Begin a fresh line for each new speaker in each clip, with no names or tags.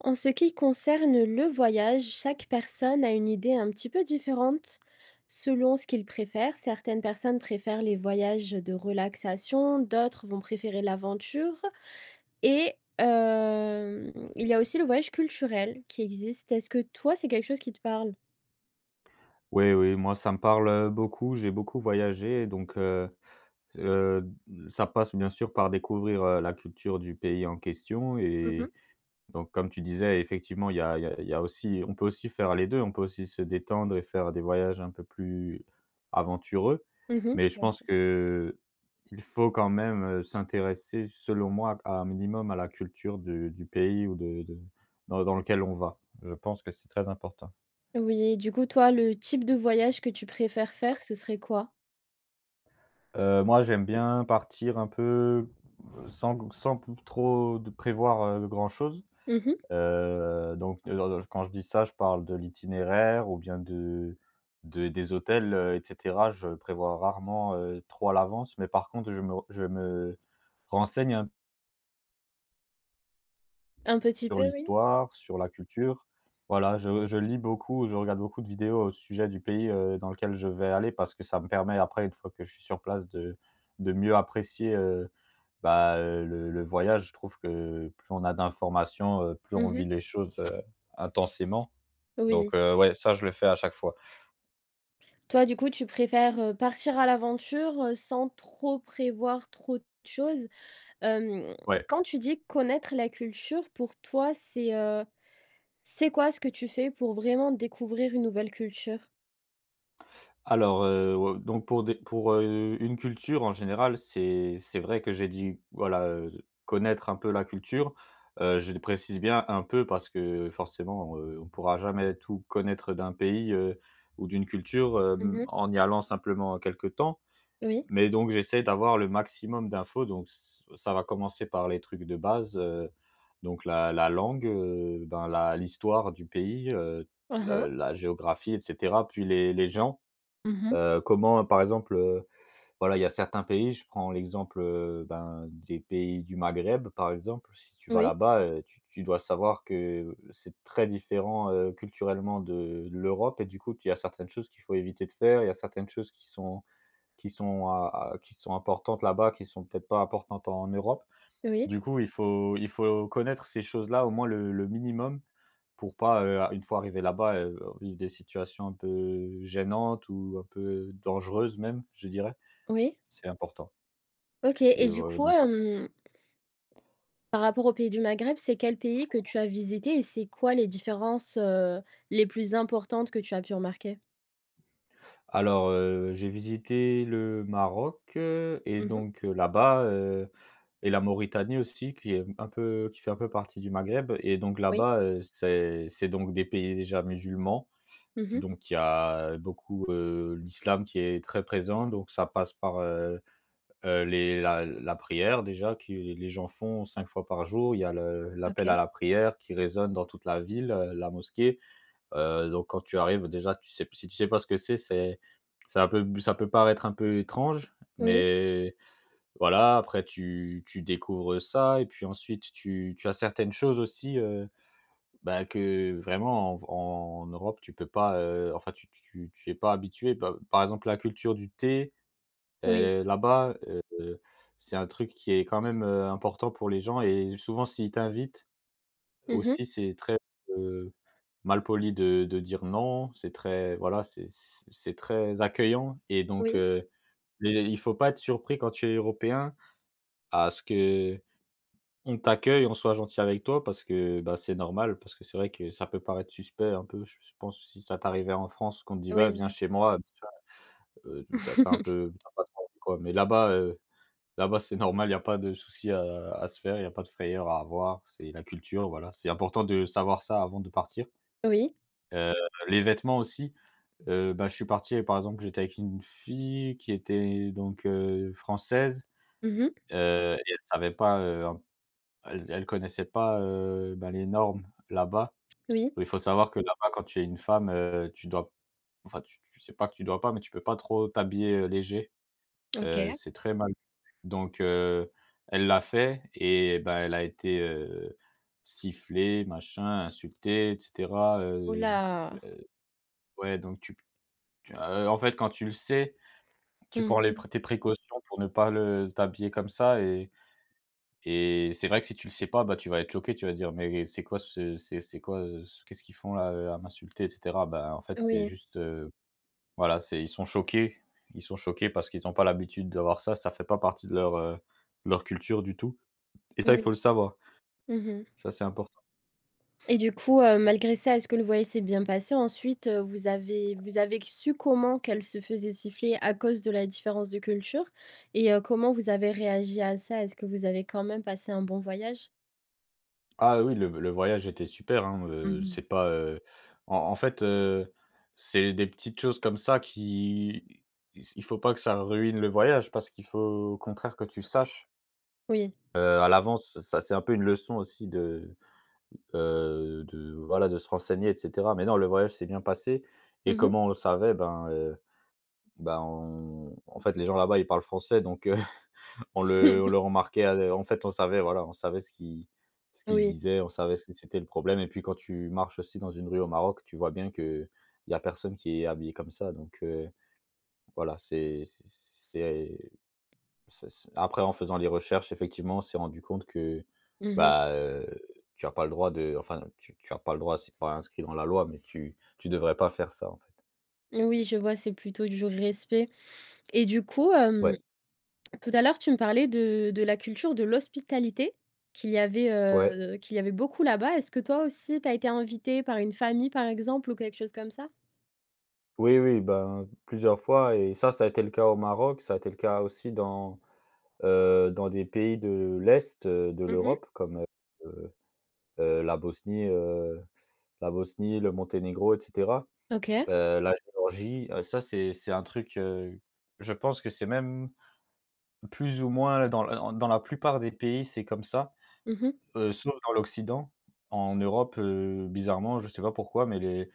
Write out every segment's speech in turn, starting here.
En ce qui concerne le voyage, chaque personne a une idée un petit peu différente selon ce qu'il préfère. Certaines personnes préfèrent les voyages de relaxation, d'autres vont préférer l'aventure. Et il y a aussi le voyage culturel qui existe. Est-ce que toi, c'est quelque chose qui te parle?
Oui, oui, moi ça me parle, beaucoup. J'ai beaucoup voyagé donc, heu, ça passe bien sûr par découvrir, la culture du pays en question.
Mmh mh.
Et donc, comme tu disais, effectivement, il y a il y a il y a aussi, on peut aussi faire les 2. On peut aussi se détendre et faire des voyages un peu plus aventureux.
Mmh.
Mais je
Bien
pense
sûr.
que il faut quand même, s'intéresser selon moi à un minimum à la culture de du pays ou de dans lequel on va. Je pense que c'est très important.
Oui, du coup, toi, le type de voyage que tu préfères faire, ce serait quoi?
Moi, j'aime bien partir un peu, sans g sans p trop de prévoir, grand-chose.
Mmh.
Donc, quand je dis ça, je parle de l'itinéraire ou bien de des hôtels, et cetera. Je prévois rarement, trop à l'avance, mais par contre, je me renseigne un
Un petit
sur
peu, oui.
l'histoire, sur la culture. Voilà, je lis beaucoup, je regarde beaucoup de vidéos au sujet du pays, dans lequel je vais aller, parce que ça me permet, après, une fois que je suis sur place, de mieux apprécier. Bah, le voyage, je trouve que plus on a d'informations, plus on vit
Mmh.
les choses, intensément.
Oui.
Donc, ouais, ça, je le fais à chaque fois.
Toi, du coup, tu préfères, partir à l'aventure, sans trop prévoir trop de choses. Hem,
Ouais.
quand tu dis connaître la culture, pour toi, c'est quoi ce que tu fais pour vraiment découvrir une nouvelle culture?
Alors, au donc pour des pour, une culture en général, c'est vrai, que j'ai dit, voilà, connaître un peu la culture. Je précise bien un peu, parce que forcément, on ne pourra jamais tout connaître d'un pays, ou d'une culture,
Mmh.
en y allant simplement quelques temps.
Oui.
Mais donc j'essaie d'avoir le maximum d'infos, donc ç ça va commencer par les trucs de base, donc la langue, ben, la l'histoire du pays,
Mmh mh.
le la géographie, et cetera, puis les gens,
Mmh.
comment, par exemple, voilà, il y a certains pays, je prends l'exemple, ben, des pays du Maghreb, par exemple. Si tu vas
Oui,
là-bas, tu dois savoir que c'est très différent, culturellement de l'Europe, et du coup, il y a certaines choses qu'il faut éviter de faire, il y a certaines choses qui sont importantes là-bas, qui sont peut-être pas importantes en Europe.
oui,
Du coup, il faut connaître ces choses-là, au moins le minimum, pour pas, une fois arrivé là-bas, vivre des situations un peu gênantes ou un peu dangereuses, même, je dirais.
oui.
C'est important,
OK
et
et du coup,
donc, ouais.
par rapport au pays du Maghreb, c'est quel pays que tu as visité et c'est quoi les différences, les plus importantes que tu as pu remarquer?
Alors, j'ai visité le Maroc, et
Mmh.
donc, là-bas, et la Mauritanie aussi, qui fait un peu partie du Maghreb. Et donc
Oui.
là-bas, c'est donc des pays déjà musulmans.
Mmh.
Donc il y a beaucoup, l'islam qui est très présent, donc ça passe par, les la la prière, déjà, que les gens font 5 fois par jour. Il y a le l'appel à
OK.
la prière qui résonne dans toute la ville, la mosquée. Donc quand tu arrives, déjà, tu sais si tu sais pas ce que c'est ça peut paraître un peu étrange,
Oui,
mais voilà, après tu découvres ça, et puis ensuite tu as certaines choses aussi, bah, que vraiment en Europe, tu peux pas, enfin tu es pas habitué. Bah, par exemple, la culture du thé,
oui.
là-bas, c'est un truc qui est quand même, important pour les gens, et souvent s'ils t'invitent
Mmh.
aussi, c'est très, heu, malpoli de dire non. C'est très, voilà, c'est très accueillant, et donc,
Oui.
les il faut pas être surpris quand tu es européen à ce que on t'accueille, on soit gentil avec toi, parce que, bah, c'est normal. Parce que c'est vrai que ça peut paraître suspect un peu, je pense, si ça t'arrivait en France qu'on te dit: «Va, viens
Oui.
chez moi», tu as un peu tu pas trop envie, quoi, mais là-bas, là-bas, c'est normal, il y a pas de souci à se faire, il y a pas de frayeur à avoir, c'est la culture, voilà. C'est important de savoir ça avant de partir.
Oui.
Heu, les vêtements aussi, bah, je suis parti, et par exemple, j'étais avec une fille qui était donc, française,
Mmh.
et elle savait pas, un elle connaissait pas, bah, les normes là-bas.
Oui.
Il faut savoir que là-bas, quand tu es une femme, tu dois enfin, tu sais pas que tu dois pas, mais tu peux pas trop t'habiller, léger.
OK.
C'est très mal. Donc, elle l'a fait et bah, elle a été, sifflée, machin, insultée, et cetera.
Oula, là!
Ouais, donc en fait, quand tu le sais, tu prends les
Mmh.
pré tes précautions pour ne pas le t'habiller comme ça. Et c'est vrai que si tu le sais pas, bah, tu vas être choqué, tu vas dire: «Mais c'est quoi ce c'est quoi, ce qu'est-ce qu'ils font là, à m'insulter?», et cetera. Bah, en fait, c'est
Oui,
juste, voilà, c'est ils sont choqués, ils sont choqués, parce qu'ils n'ont pas l'habitude d'avoir ça, ça fait pas partie de leur, de leur culture du tout, et ça, il
oui.
faut le savoir.
Mmh
Ça, c'est important.
et du coup, malgré ça, est-ce que le voyage s'est bien passé ensuite, vous avez su comment qu'elle se faisait siffler à cause de la différence de culture et comment vous avez réagi à ça? Est-ce que vous avez quand même passé un bon voyage?
Ah oui, le voyage était super, hein,
Mmh.
c'est pas, en fait, c'est des petites choses comme ça qui il faut pas que ça ruine le voyage, parce qu'il faut, au contraire, que tu saches
Oui.
À l'avance. Ça, c'est un peu une leçon aussi de voilà, de se renseigner, et cetera. Mais non, le voyage s'est bien passé. Et
Mmh.
comment on le savait? Ben, ben, on en fait, les gens là-bas, ils parlent français, donc, on le remarquait à en fait, on savait, voilà, on savait ce qu'ils se
Oui.
disaient, on savait ce que c'était le problème. Et puis quand tu marches aussi dans une rue au Maroc, tu vois bien que il y a personne qui est habillé comme ça, donc, voilà. C'est c'est c'est c'est après, en faisant les recherches, effectivement, on s'est rendu compte que,
Mmh.
bah, tu as pas le droit de enfin, tu as pas le droit, c'est pas inscrit dans la loi, mais tu devrais pas faire ça, en fait.
Oui, je vois, c'est plutôt du respect et du coup,
Ouais,
hem. Tout à l'heure, tu me parlais de la culture de l'hospitalité
ouais.
qu'il y avait beaucoup là-bas. Est-ce que toi aussi, tu as été invité par une famille, par exemple, ou quelque chose comme ça?
Oui, oui, ben, plusieurs fois, et ça a été le cas au Maroc, ça a été le cas aussi dans des pays de l'est, de
Mmh.
l'Europe, comme, heu heu, la Bosnie, heu, la Bosnie, le Monténégro, et cetera.
OK.
La Géorgie, ça, c'est un truc, je pense que c'est même plus ou moins dans la plupart des pays, c'est comme ça,
Mmh.
sauf dans l'Occident. En Europe, bizarrement, je sais pas pourquoi, mais les,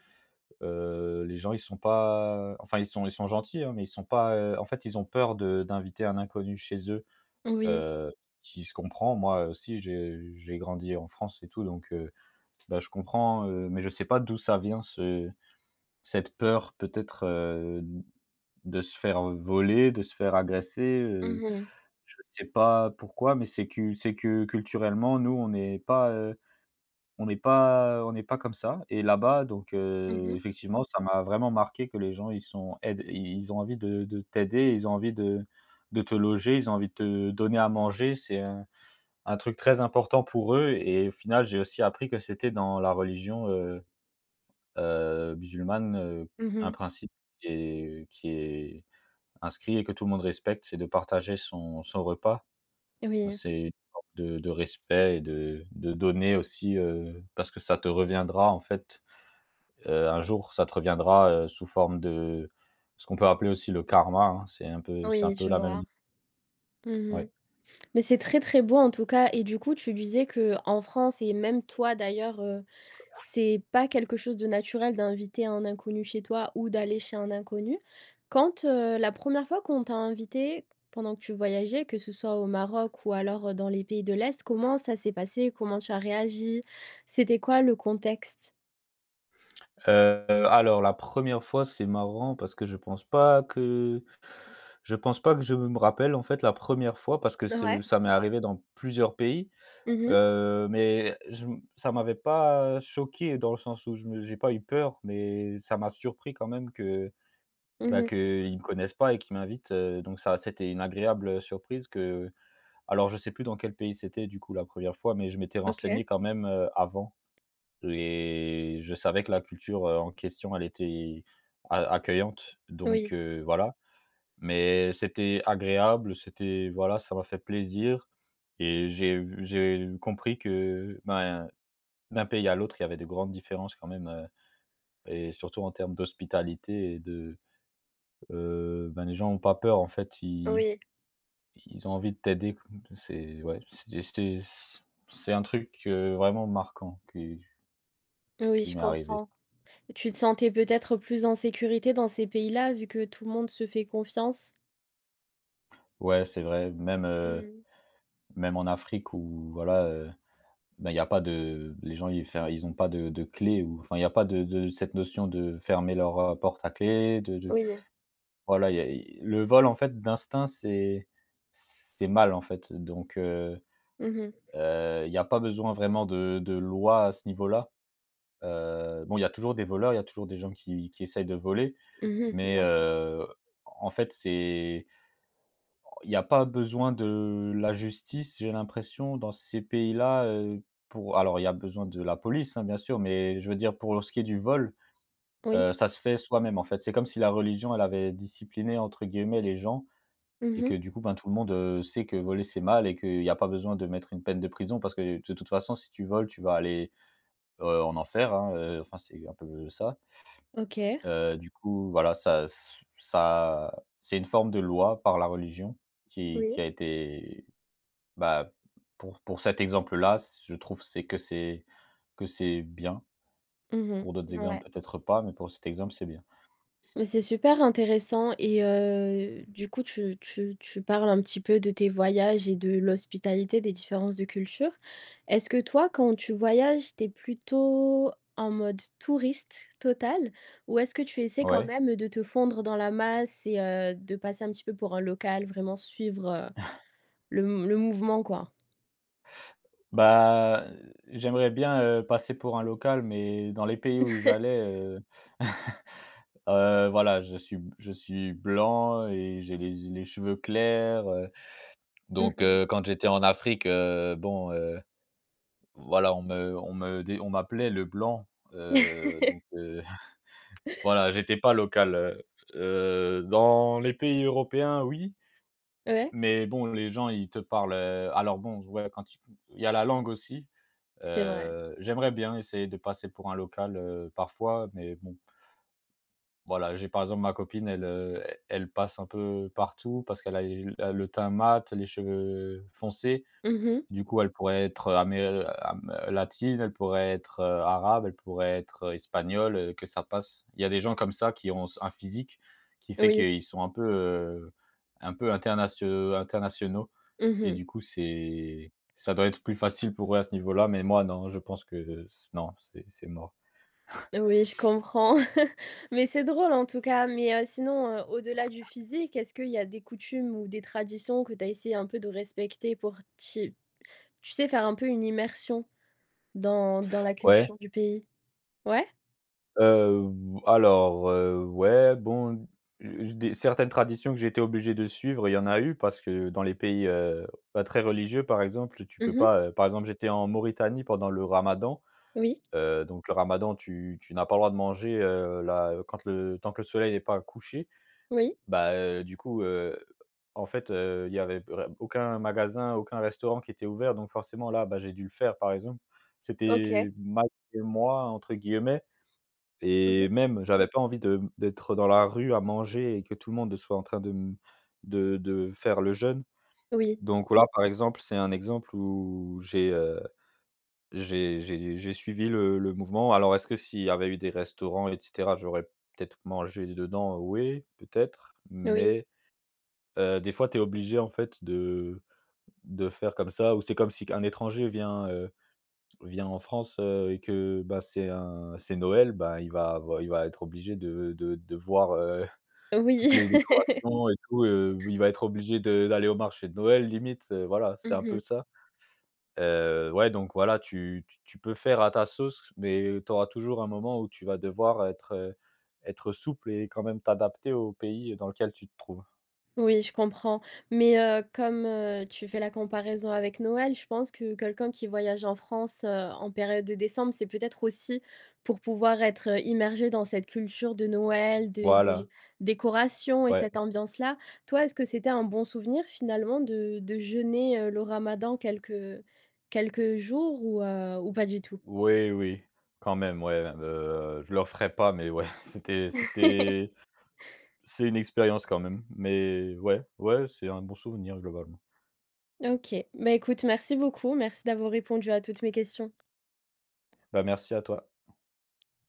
heu, les gens, ils sont pas enfin, ils sont gentils, hein, mais ils sont pas, en fait, ils ont peur de d'inviter un inconnu chez eux,
Oui.
heu, qui se comprend. Moi aussi j'ai grandi en France et tout, donc, bah, je comprends, mais je sais pas d'où ça vient, ce cette peur peut-être, de se faire voler, de se faire agresser.
Mmh mh.
Je sais pas pourquoi, mais c'est que culturellement, nous, on n'est pas comme ça, et là-bas, donc,
Mmh.
effectivement, ça m'a vraiment marqué que les gens, ils sont aident, ils ont envie de t'aider, ils ont envie de te loger, ils ont envie de te donner à manger. C'est un truc très important pour eux, et au final, j'ai aussi appris que c'était dans la religion, musulmane, un
Mmh.
principe qui est inscrit, et que tout le monde respecte, c'est de partager son repas.
Oui.
C'est une forme de respect, et de donner aussi, parce que ça te reviendra, en fait, un jour ça te reviendra, sous forme de ce qu'on peut appeler aussi le karma, hein. C'est un peu c'est un
Oui,
peu
je
la même.
vois. Mmh.
Ouais.
Mais c'est très, très beau en tout cas et du coup tu disais que en France et même toi d'ailleurs, c'est pas quelque chose de naturel d'inviter un inconnu chez toi ou d'aller chez un inconnu. Quand, la première fois qu'on t'a invité pendant que tu voyageais, que ce soit au Maroc ou alors, dans les pays de l'Est, comment ça s'est passé? Comment tu as réagi? C'était quoi le contexte?
Alors la première fois, c'est marrant parce que je pense pas que je me rappelle en fait la première fois parce que c'est
Ouais.
ça m'est arrivé dans plusieurs pays,
Mmh mh.
mais je ça m'avait pas choqué dans le sens où je me j'ai pas eu peur, mais ça m'a surpris quand même que
Mmh.
qu'ils me connaissent pas et qu'ils m'invitent, donc ça c'était une agréable, surprise que alors je sais plus dans quel pays c'était du coup la première fois, mais je m'étais
OK.
renseigné quand même, avant et je savais que la culture, en question elle était a accueillante donc
Oui,
voilà. Mais c'était agréable, c'était voilà, ça m'a fait plaisir et j'ai compris que, ben, d'un pays à l'autre, il y avait de grandes différences quand même, et surtout en termes d'hospitalité et de. Ben, les gens ont pas peur en fait,
oui,
ils ont envie de t'aider. C'est ouais, c'est c'est un truc, vraiment marquant
oui,
qui
je
m'est arrivé.
comprends. Tu te sentais peut-être plus en sécurité dans ces pays-là, vu que tout le monde se fait confiance?
Ouais, c'est vrai, même,
Mmh.
même en Afrique où voilà, ben, il y a pas de les gens ils ont pas de clé, ou enfin il y a pas de cette notion de fermer leur, porte à clé, de
Oui.
voilà, y a i le vol en fait d'instinct c'est mal en fait donc
Mhm.
il y a pas besoin vraiment de loi à ce niveau-là. Bon, il y a toujours des voleurs, il y a toujours des gens qui essayent de voler,
Mhm.
mais
Bien sûr.
en fait, c'est il y a pas besoin de la justice, j'ai l'impression, dans ces pays-là, pour alors il y a besoin de la police, hein, bien sûr, mais je veux dire pour ce qui est du vol,
Oui.
ça se fait soi-même, en fait. C'est comme si la religion, elle avait «discipliné» entre guillemets les gens et
Mhm.
que du coup, ben, tout le monde, sait que voler, c'est mal et qu'il y a pas besoin de mettre une peine de prison parce que de toute façon, si tu voles, tu vas aller, en enfer, hein, enfin, c'est un peu ça.
OK.
Du coup, voilà, ça c'est une forme de loi par la religion
Oui.
qui a été, bah, pour cet exemple-là, je trouve c'est que c'est que c'est bien.
Mhm.
Pour d'autres
Ouais.
exemples, peut-être pas, mais pour cet exemple, c'est bien.
Mais c'est super intéressant et du coup tu parles un petit peu de tes voyages et de l'hospitalité, des différences de culture. Est-ce que toi, quand tu voyages, t'es plutôt en mode touriste total? Ou est-ce que tu essaies quand
Ouais.
même de te fondre dans la masse et de passer un petit peu pour un local, vraiment suivre, le mouvement quoi?
Bah, j'aimerais bien, passer pour un local, mais dans les pays où j'allais, voilà, je suis blanc et j'ai les cheveux clairs, donc
Mmh.
quand j'étais en Afrique, bon, voilà, on me dé on m'appelait le blanc, donc voilà, j'étais pas local, dans les pays européens, oui,
Ouais,
mais bon, les gens, ils te parlent, alors bon, ouais, quand tu il y a la langue aussi,
c'est vrai.
j'aimerais bien essayer de passer pour un local, parfois, mais bon, voilà, j'ai par exemple ma copine, elle, elle passe un peu partout parce qu'elle a les a le teint mat, les cheveux foncés.
Mmh.
Du coup, elle pourrait être, amé am latine, elle pourrait être, arabe, elle pourrait être, espagnole, que ça passe. Il y a des gens comme ça qui ont un physique qui fait
Oui.
qu'ils sont un peu internationaux, et
Mmh.
du coup, c'est ça doit être plus facile pour eux à ce niveau-là, mais moi non, je pense que c non, c'est mort.
Oui, je comprends, mais c'est drôle en tout cas, mais sinon, au-delà du physique, est-ce qu'il y a des coutumes ou des traditions que tu as essayé un peu de respecter pour t'y tu sais, faire un peu une immersion dans la
Ouais?
culture du pays? Ouais?
Heu, alors, ouais, bon, je des certaines traditions que j'ai été obligé de suivre, il y en a eu parce que dans les pays, pas très religieux, par exemple, tu peux
Mmh mh.
pas, par exemple, j'étais en Mauritanie pendant le ramadan,
Oui,
donc le ramadan, tu n'as pas le droit de manger, là, quand le tant que le soleil n'est pas couché.
oui.
Bah, du coup, en fait, il y avait re aucun magasin, aucun restaurant qui était ouvert, donc forcément là, bah, j'ai dû le faire, par exemple.
OK.
C'était mal «malgré moi» entre guillemets,
Mmh mh.
et même, j'avais pas envie de d'être dans la rue à manger et que tout le monde soit en train de faire le jeûne.
Oui,
Donc là, par exemple, c'est un exemple où j'ai, j'ai suivi le mouvement. Alors est-ce que s'il y avait eu des restaurants et cetera, j'aurais peut-être mangé dedans? Oui, peut-être,
oui,
mais des fois, tu es obligé, en fait, de faire comme ça, ou c'est comme si un étranger vient, vient en France, et que, bah, c'est Noël, bah, il va être obligé de voir, toutes
oui.
les décorations et tout, il va être obligé de d'aller au marché de Noël limite, voilà, c'est un
Mmh
peu
mh.
ça. Ouais, donc voilà, tu peux faire à ta sauce, mais tu auras toujours un moment où tu vas devoir être, être souple et quand même t'adapter au pays dans lequel tu te trouves.
Oui, je comprends. Mais comme, tu fais la comparaison avec Noël, je pense que quelqu'un qui voyage en France, en période de décembre, c'est peut-être aussi pour pouvoir être, immergé dans cette culture de Noël, des
Voilà,
décorations et
ouais.
cette ambiance-là. Toi, est-ce que c'était un bon souvenir finalement de jeûner, le ramadan quelques quelques jours ou pas du tout?
Oui, oui, quand même, ouais, je le ferai pas, mais ouais, c'était c'était c'est une expérience quand même, mais ouais, ouais, c'est un bon souvenir globalement.
OK. Bah, écoute, merci beaucoup. Merci d'avoir répondu à toutes mes questions.
Bah, merci à toi.